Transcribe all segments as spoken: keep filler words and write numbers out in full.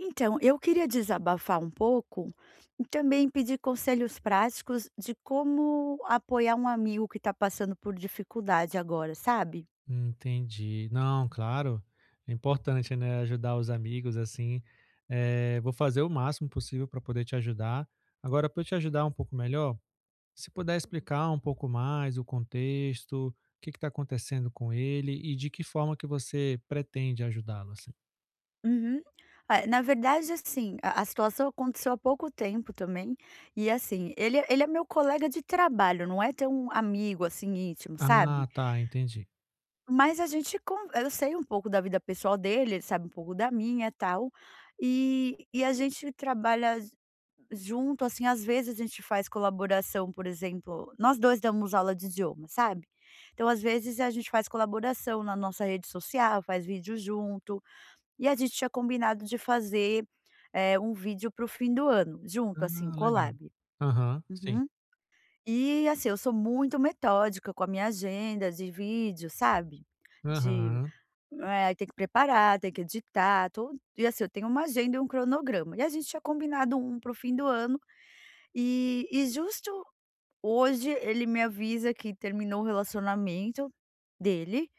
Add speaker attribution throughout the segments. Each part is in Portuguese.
Speaker 1: Então, eu queria desabafar um pouco e também pedir conselhos práticos de como apoiar um amigo que está passando por dificuldade agora, sabe?
Speaker 2: Entendi. Não, claro. É importante, né, ajudar os amigos, assim. Eh, vou fazer o máximo possível para poder te ajudar. Agora, para eu te ajudar um pouco melhor, se puder explicar um pouco mais o contexto, o que está acontecendo com ele e de que forma que você pretende ajudá-lo, assim.
Speaker 1: Uhum. Ah, na verdade, assim, a, a situação aconteceu há pouco tempo também. E assim, ele, é- ele é meu colega de trabalho, não é tão amigo assim íntimo, sabe?
Speaker 2: Ah, tá, entendi.
Speaker 1: Mas a gente con eu sei um pouco da vida pessoal dele, ele sabe um pouco da minha, e tal, e e a gente trabalha ju junto, assim, às vezes a gente faz colaboração, por exemplo, nós dois damos aula de idioma, sabe. Então, às vezes, a gente faz colaboração na nossa rede social, faz vídeo junto, e a gente tinha combinado de fazer, eh, um vídeo para o fim do ano, junto, assim,
Speaker 2: Ah, legal.
Speaker 1: collab.
Speaker 2: Aham, sim.
Speaker 1: Uhum. E, assim, eu sou muito metódica com a minha agenda de vídeo, sabe, de
Speaker 2: Aham.
Speaker 1: é, aí tem que preparar, tem que editar, to e assim, eu tenho uma agenda e um cronograma. E a gente tinha combinado um pro fim do ano, e e justo hoje ele me avisa que terminou o relacionamento dele,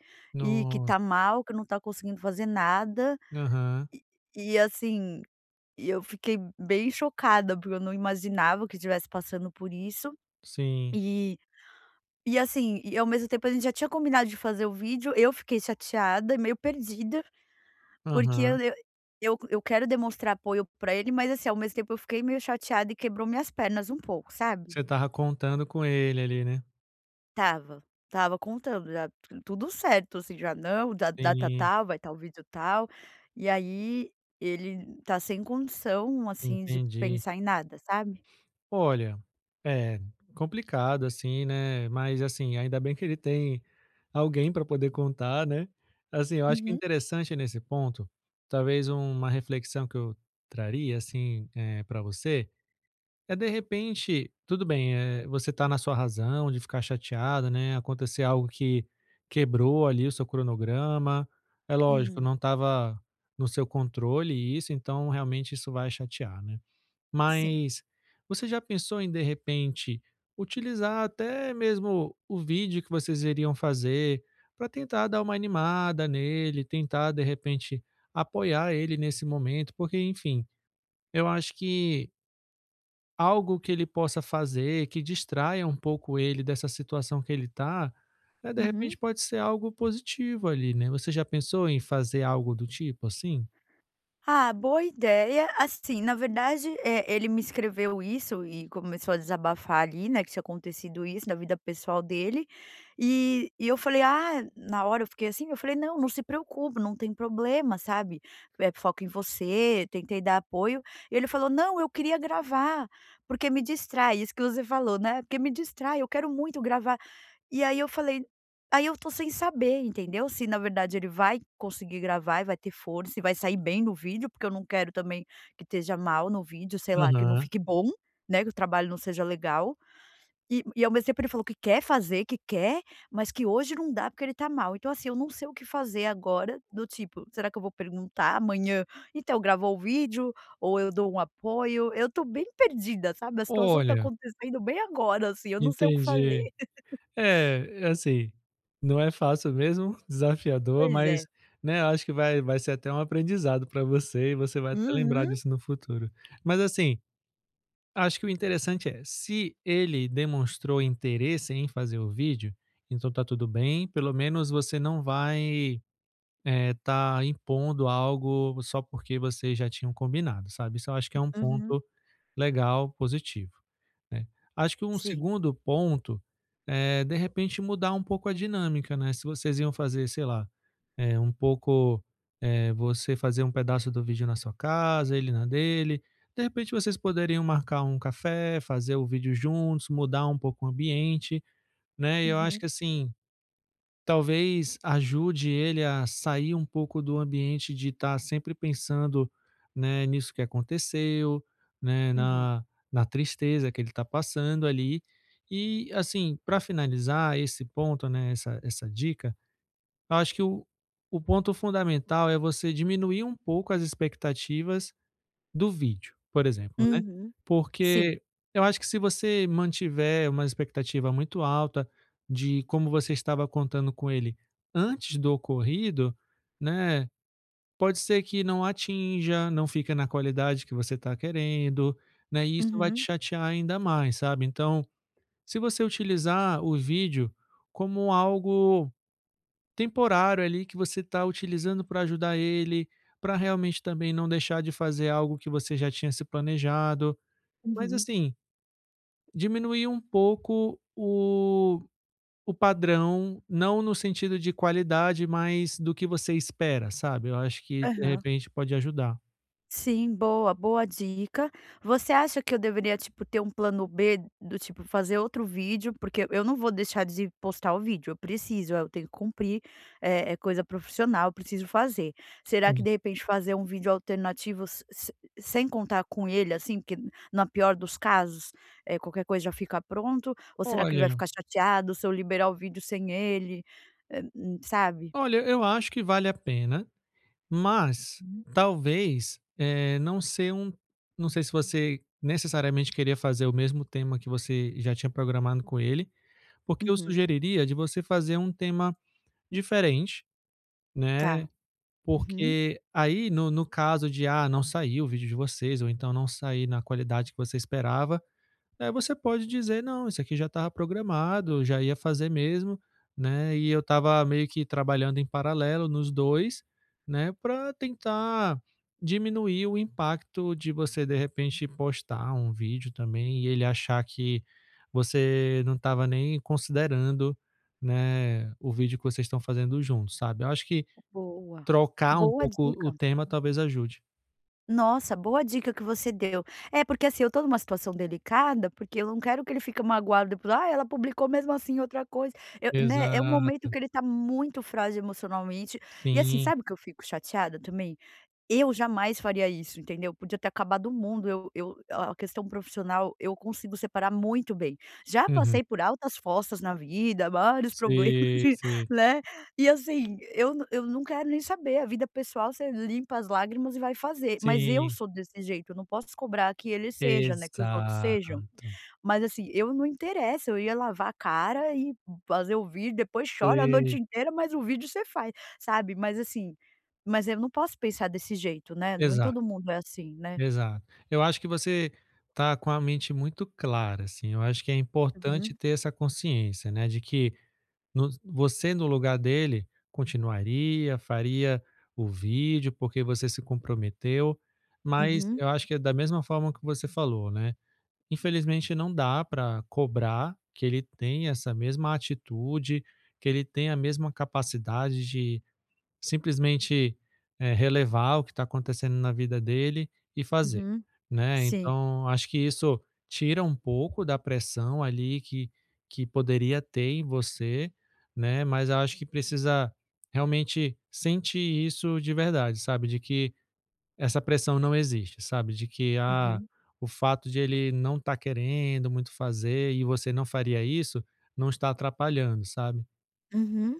Speaker 1: e que
Speaker 2: Nossa.
Speaker 1: tá mal, que não tá conseguindo fazer nada,
Speaker 2: Aham,
Speaker 1: e assim, e eu fiquei bem chocada, porque eu não imaginava que estivesse passando por isso.
Speaker 2: sim.
Speaker 1: E e assim, e ao mesmo tempo a gente já tinha combinado de fazer o vídeo, eu fiquei chateada e meio perdida. Porque eu
Speaker 2: Aham.
Speaker 1: eu eu eu quero demonstrar apoio pra ele, mas assim, ao mesmo tempo eu fiquei meio chateada e quebrou minhas pernas um pouco,
Speaker 2: Você
Speaker 1: sabe.
Speaker 2: estava contando com ele ali, né?
Speaker 1: Tava, tava contando já tu tudo certo, assim, já não, da data
Speaker 2: Sim.
Speaker 1: tal, vai tal vídeo tal, e aí ele tá sem condição, assim, de
Speaker 2: Entendi.
Speaker 1: pensar em nada, sabe.
Speaker 2: Olha, é complicado assim, né, mas assim, ainda bem que ele tem alguém para poder contar, né. Assim, eu acho que
Speaker 1: Uhum,
Speaker 2: interessante nesse ponto, talvez uma reflexão que eu traria, assim, para você, é de repente tudo bem, eh, você tá na sua razão de ficar chateado, né, acontecer algo que quebrou ali o seu cronograma, é lógico,
Speaker 1: uhum,
Speaker 2: não estava no seu controle isso, então realmente isso vai chatear, né.
Speaker 1: sim.
Speaker 2: Mas você já pensou em, de repente, utilizar até mesmo o vídeo que vocês iriam fazer para tentar dar uma animada nele, tentar, de repente, apoiar ele nesse momento? Porque, enfim, eu acho que algo que ele possa fazer que distraia um pouco ele dessa situação que ele está, né, de
Speaker 1: Uhum.
Speaker 2: repente pode ser algo positivo ali, né? Você já pensou em fazer algo do tipo assim?
Speaker 1: Ah, boa ideia. Assim, na verdade, eh, ele me escreveu isso e começou a desabafar ali, né, que tinha acontecido isso na vida pessoal dele. E e eu falei: "Ah", na hora eu fiquei assim, eu falei: "Não, não se preocupe, não tem problema, sabe, é foco em você", tentei dar apoio. E ele falou: "Não, eu queria gravar, porque me distrai", isso que você falou, né, "porque me distrai, eu quero muito gravar". E aí eu falei, aí eu tô sem saber, entendeu, se na verdade ele vai conseguir gravar e vai ter força e vai sair bem no vídeo, porque eu não quero também que esteja mal no vídeo, sei lá, que não
Speaker 2: Aham.
Speaker 1: fique bom, né, que o trabalho não seja legal. E e ao mesmo tempo ele falou que quer fazer, que quer, mas que hoje não dá porque ele tá mal. Então assim, eu não sei o que fazer agora, do tipo, será que eu vou perguntar amanhã: "Então, gravou o vídeo?" Ou eu dou um apoio? Eu tô bem perdida, sabe, a situação tá
Speaker 2: Olha,
Speaker 1: acontecendo bem agora, assim, eu não sei o que fazer.
Speaker 2: entendi. É, é assim, não é fácil mesmo, desafiador,
Speaker 1: Pois
Speaker 2: mas,
Speaker 1: é.
Speaker 2: né, eu acho que vai vai ser até um aprendizado para você e você vai até lembrar
Speaker 1: Uhum,
Speaker 2: disso no futuro. Mas, assim, acho que o interessante é, se ele demonstrou interesse em fazer o vídeo, então tá tudo bem, pelo menos você não vai, eh, tá impondo algo só porque vocês já tinham combinado, sabe. Isso eu acho que é um
Speaker 1: uhum,
Speaker 2: ponto legal, positivo, né. Acho que um
Speaker 1: sim.
Speaker 2: segundo ponto é, de repente, mudar um pouco a dinâmica, né. Se vocês iam fazer, sei lá, eh, um pouco, eh, você fazer um pedaço do vídeo na sua casa, ele na dele, de repente vocês poderiam marcar um café, fazer o vídeo juntos, mudar um pouco o ambiente, né. E eu acho
Speaker 1: Uhum,
Speaker 2: que assim, talvez ajude ele a sair um pouco do ambiente de estar sempre pensando, né, nisso que aconteceu, né,
Speaker 1: uhum.
Speaker 2: na na tristeza que ele está passando ali. E, assim, para finalizar esse ponto, né, essa essa dica, eu acho que o o ponto fundamental é você diminuir um pouco as expectativas do vídeo, por exemplo, né.
Speaker 1: Uhum. Sim.
Speaker 2: Porque eu acho que se você mantiver uma expectativa muito alta de como você estava contando com ele antes do ocorrido, né, pode ser que não atinja, não fica na qualidade que você está querendo, né, e isso vai te
Speaker 1: Uhum,
Speaker 2: chatear ainda mais, sabe. Então, se você utilizar o vídeo como algo temporário ali que você está utilizando para ajudar ele, para realmente também não deixar de fazer algo que você já tinha se planejado. Mas
Speaker 1: uhum.
Speaker 2: assim, diminuir um pouco o, o padrão, não no sentido de qualidade, mas do que você espera, sabe? Eu acho que de
Speaker 1: Aham.
Speaker 2: repente pode ajudar.
Speaker 1: Sim, boa, boa dica. Você acha que eu deveria, tipo, ter um plano B do tipo fazer outro vídeo? Porque eu não vou deixar de postar o vídeo, eu preciso, eu tenho que cumprir, é, é coisa profissional, eu preciso fazer. Será que
Speaker 2: Sim.
Speaker 1: de repente fazer um vídeo alternativo s- s- sem contar com ele, assim, porque na pior dos casos, é, qualquer coisa já fica pronto? Ou será que ele vai
Speaker 2: Olha,
Speaker 1: ficar chateado se eu liberar o vídeo sem ele? É, hum, sabe?
Speaker 2: olha, eu acho que vale a pena. Mas,
Speaker 1: Uhum.
Speaker 2: talvez, eh, não ser um não sei se você necessariamente queria fazer o mesmo tema que você já tinha programado com ele, porque eu
Speaker 1: Uhum,
Speaker 2: sugeriria de você fazer um tema diferente,
Speaker 1: tá.
Speaker 2: né,
Speaker 1: Uhum,
Speaker 2: porque aí no no caso de, ah, não sair o vídeo de vocês ou então não sair na qualidade que você esperava, aí você pode dizer: "Não, isso aqui já estava programado, eu já ia fazer mesmo, né, e eu estava meio que trabalhando em paralelo nos dois né, para tentar diminuir o impacto de você, de repente, postar um vídeo também e ele achar que você não estava nem considerando, né, o vídeo que vocês estão fazendo juntos, sabe". Eu acho que
Speaker 1: boa.
Speaker 2: trocar um
Speaker 1: Boa
Speaker 2: pouco o
Speaker 1: dica.
Speaker 2: tema talvez ajude.
Speaker 1: Nossa, boa dica que você deu. É, porque assim, eu tô numa situação delicada, porque eu não quero que ele fique magoado depois, ah, ela publicou mesmo assim outra coisa. Eu, né, é um momento que
Speaker 2: Exato.
Speaker 1: ele tá muito frágil emocionalmente. E assim,
Speaker 2: Sim.
Speaker 1: sabe o que eu fico chateada também? Eu jamais faria isso, entendeu? Podia ter acabado o mundo, eu eu a questão profissional, eu consigo separar muito bem. Já
Speaker 2: Uhum.
Speaker 1: passei por altas fossas na vida, vários problemas
Speaker 2: Sim,
Speaker 1: de
Speaker 2: sim.
Speaker 1: né, e assim, eu n eu não quero nem saber, a vida pessoal você limpa as lágrimas e vai fazer, mas eu
Speaker 2: Sim.
Speaker 1: sou desse jeito, eu não posso cobrar que ele seja, né, que os outros sejam.
Speaker 2: Exato.
Speaker 1: Mas assim, eu não interessa, eu ia lavar a cara e fazer o vídeo, depois chora a noite
Speaker 2: E
Speaker 1: inteira, mas o vídeo você faz, sabe. Mas assim, mas eu não posso pensar desse jeito, né, nem
Speaker 2: exato,
Speaker 1: todo mundo é assim, né.
Speaker 2: exato. Eu acho que você tá com a mente muito clara, assim, eu acho que é importante
Speaker 1: Uhum,
Speaker 2: ter essa consciência, né, de que no você no lugar dele continuaria, faria o vídeo, porque você se comprometeu, mas
Speaker 1: uhum,
Speaker 2: eu acho que é da mesma forma que você falou, né, infelizmente não dá para cobrar que ele tenha essa mesma atitude, que ele tenha a mesma capacidade de simplesmente, eh, relevar o que está acontecendo na vida dele e fazer,
Speaker 1: uhum,
Speaker 2: né.
Speaker 1: sim.
Speaker 2: Então, acho que isso tira um pouco da pressão ali que que poderia ter em você, né, mas eu acho que precisa realmente sentir isso de verdade, sabe, de que essa pressão não existe, sabe, de que, ah,
Speaker 1: Uhum,
Speaker 2: o fato de ele não estar querendo muito fazer e você não faria isso, não está atrapalhando, sabe.
Speaker 1: uhum.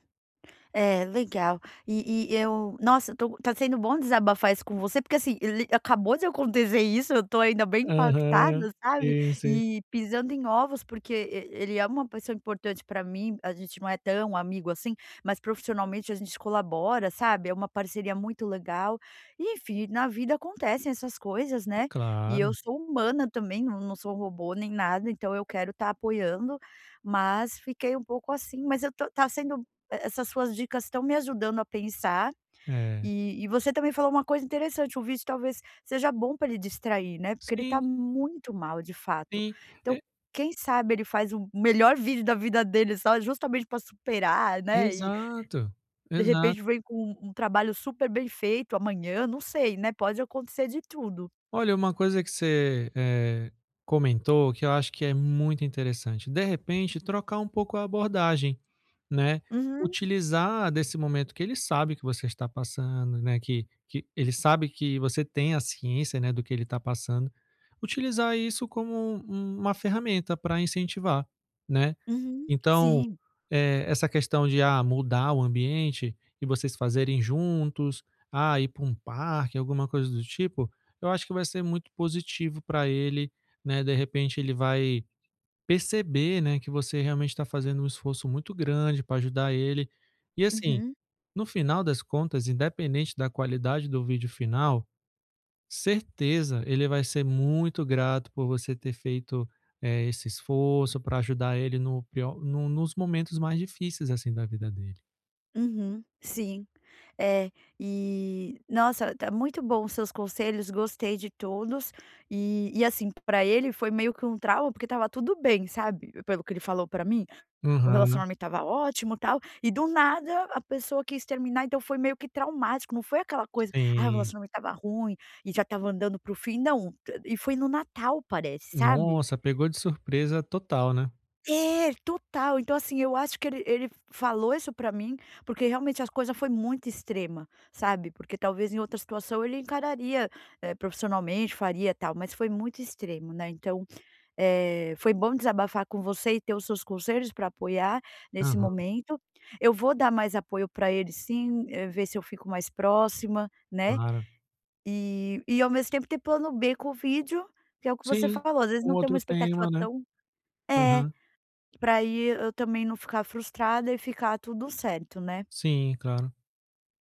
Speaker 1: É, legal. E e eu nossa, eu tô tá sendo bom desabafar isso com você, porque assim, li acabou de acontecer isso, eu tô ainda bem
Speaker 2: Aham.
Speaker 1: impactada, sabe,
Speaker 2: Sim, sim.
Speaker 1: e pisando em ovos, porque e ele é uma pessoa importante pra mim, a gente não é tão amigo assim, mas profissionalmente a gente colabora, sabe, é uma parceria muito legal. E enfim, na vida acontecem essas coisas, né, e eu
Speaker 2: Claro,
Speaker 1: sou humana também, não não sou robô nem nada, então eu quero estar apoiando, mas fiquei um pouco assim, mas eu tô tá sendo eh, essas suas dicas estão me ajudando a pensar,
Speaker 2: é.
Speaker 1: e e você também falou uma coisa interessante, o vídeo talvez seja bom para ele distrair, né, porque ele está
Speaker 2: Sim,
Speaker 1: muito mal de fato.
Speaker 2: sim.
Speaker 1: Então,
Speaker 2: E
Speaker 1: quem sabe ele faz o melhor vídeo da vida dele só justamente para superar, né, e
Speaker 2: exato,
Speaker 1: de
Speaker 2: exato.
Speaker 1: repente vem com um trabalho super bem feito amanhã, não sei, né, pode acontecer de tudo.
Speaker 2: Olha, uma coisa que você, eh, comentou que eu acho que é muito interessante, de repente trocar um pouco a abordagem, né,
Speaker 1: Uhum,
Speaker 2: utilizar desse momento que ele sabe que você está passando, né, que que ele sabe que você tem a ciência, né, do que ele está passando, utilizar isso como um uma ferramenta para incentivar, né.
Speaker 1: uhum,
Speaker 2: Então,
Speaker 1: sim,
Speaker 2: eh, essa questão de, ah, mudar o ambiente e vocês fazerem juntos, ah, ir para um parque, alguma coisa do tipo, eu acho que vai ser muito positivo para ele, né, de repente ele vai perceber, né, que você realmente está fazendo um esforço muito grande para ajudar ele. E assim,
Speaker 1: uhum,
Speaker 2: no final das contas, independente da qualidade do vídeo final, certeza, ele vai ser muito grato por você ter feito, eh, esse esforço para ajudar ele no pior no nos momentos mais difíceis, assim, da vida dele.
Speaker 1: uhum, sim. É, e nossa, tá muito bom os seus conselhos, gostei de todos. E e assim, pra ele foi meio que um trauma, porque estava tudo bem, sabe, pelo que ele falou pra mim, o
Speaker 2: Aham,
Speaker 1: relacionamento estava ótimo, tal, e do nada a pessoa quis terminar, então foi meio que traumático, não foi aquela coisa: "Ah, o
Speaker 2: sim.
Speaker 1: relacionamento estava ruim e já estava andando para o fim", não, e foi no Natal parece, sabe?
Speaker 2: Nossa, pegou de surpresa total, né.
Speaker 1: É, total. Então, assim, eu acho que ele ele falou isso pra mim, porque realmente as coisas foi muito extrema, sabe, porque talvez em outra situação ele encararia, eh, profissionalmente, faria tal, mas foi muito extremo, né. Então, eh, foi bom desabafar com você e ter os seus conselhos para apoiar nesse
Speaker 2: Aham,
Speaker 1: momento. Eu vou dar mais apoio pra ele sim, eh, ver se eu fico mais próxima, né,
Speaker 2: claro.
Speaker 1: e e ao mesmo tempo ter plano B com o vídeo, que é o que você
Speaker 2: Sim,
Speaker 1: falou, às vezes
Speaker 2: um
Speaker 1: não tem uma
Speaker 2: outro
Speaker 1: expectativa
Speaker 2: tema, né.
Speaker 1: tão é.
Speaker 2: Aham.
Speaker 1: Pra aí eu também não ficar frustrada e ficar tudo certo, né.
Speaker 2: Sim, claro.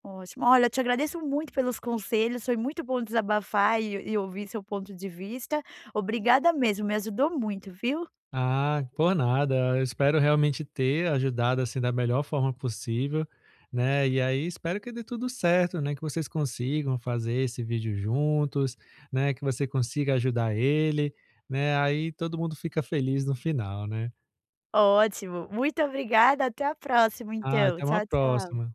Speaker 1: Ótimo. Olha, te agradeço muito pelos conselhos, foi muito bom desabafar e e ouvir seu ponto de vista. Obrigada mesmo, me ajudou muito, viu.
Speaker 2: Ah, por nada. Eu espero realmente ter ajudado assim da melhor forma possível, né? E aí espero que dê tudo certo, né? Que vocês consigam fazer esse vídeo juntos, né? Que você consiga ajudar ele, né? Aí todo mundo fica feliz no final, né?
Speaker 1: Ótimo. Muito obrigada, até a próxima
Speaker 2: Ah,
Speaker 1: então.
Speaker 2: até uma
Speaker 1: Tchau, tchau.
Speaker 2: próxima.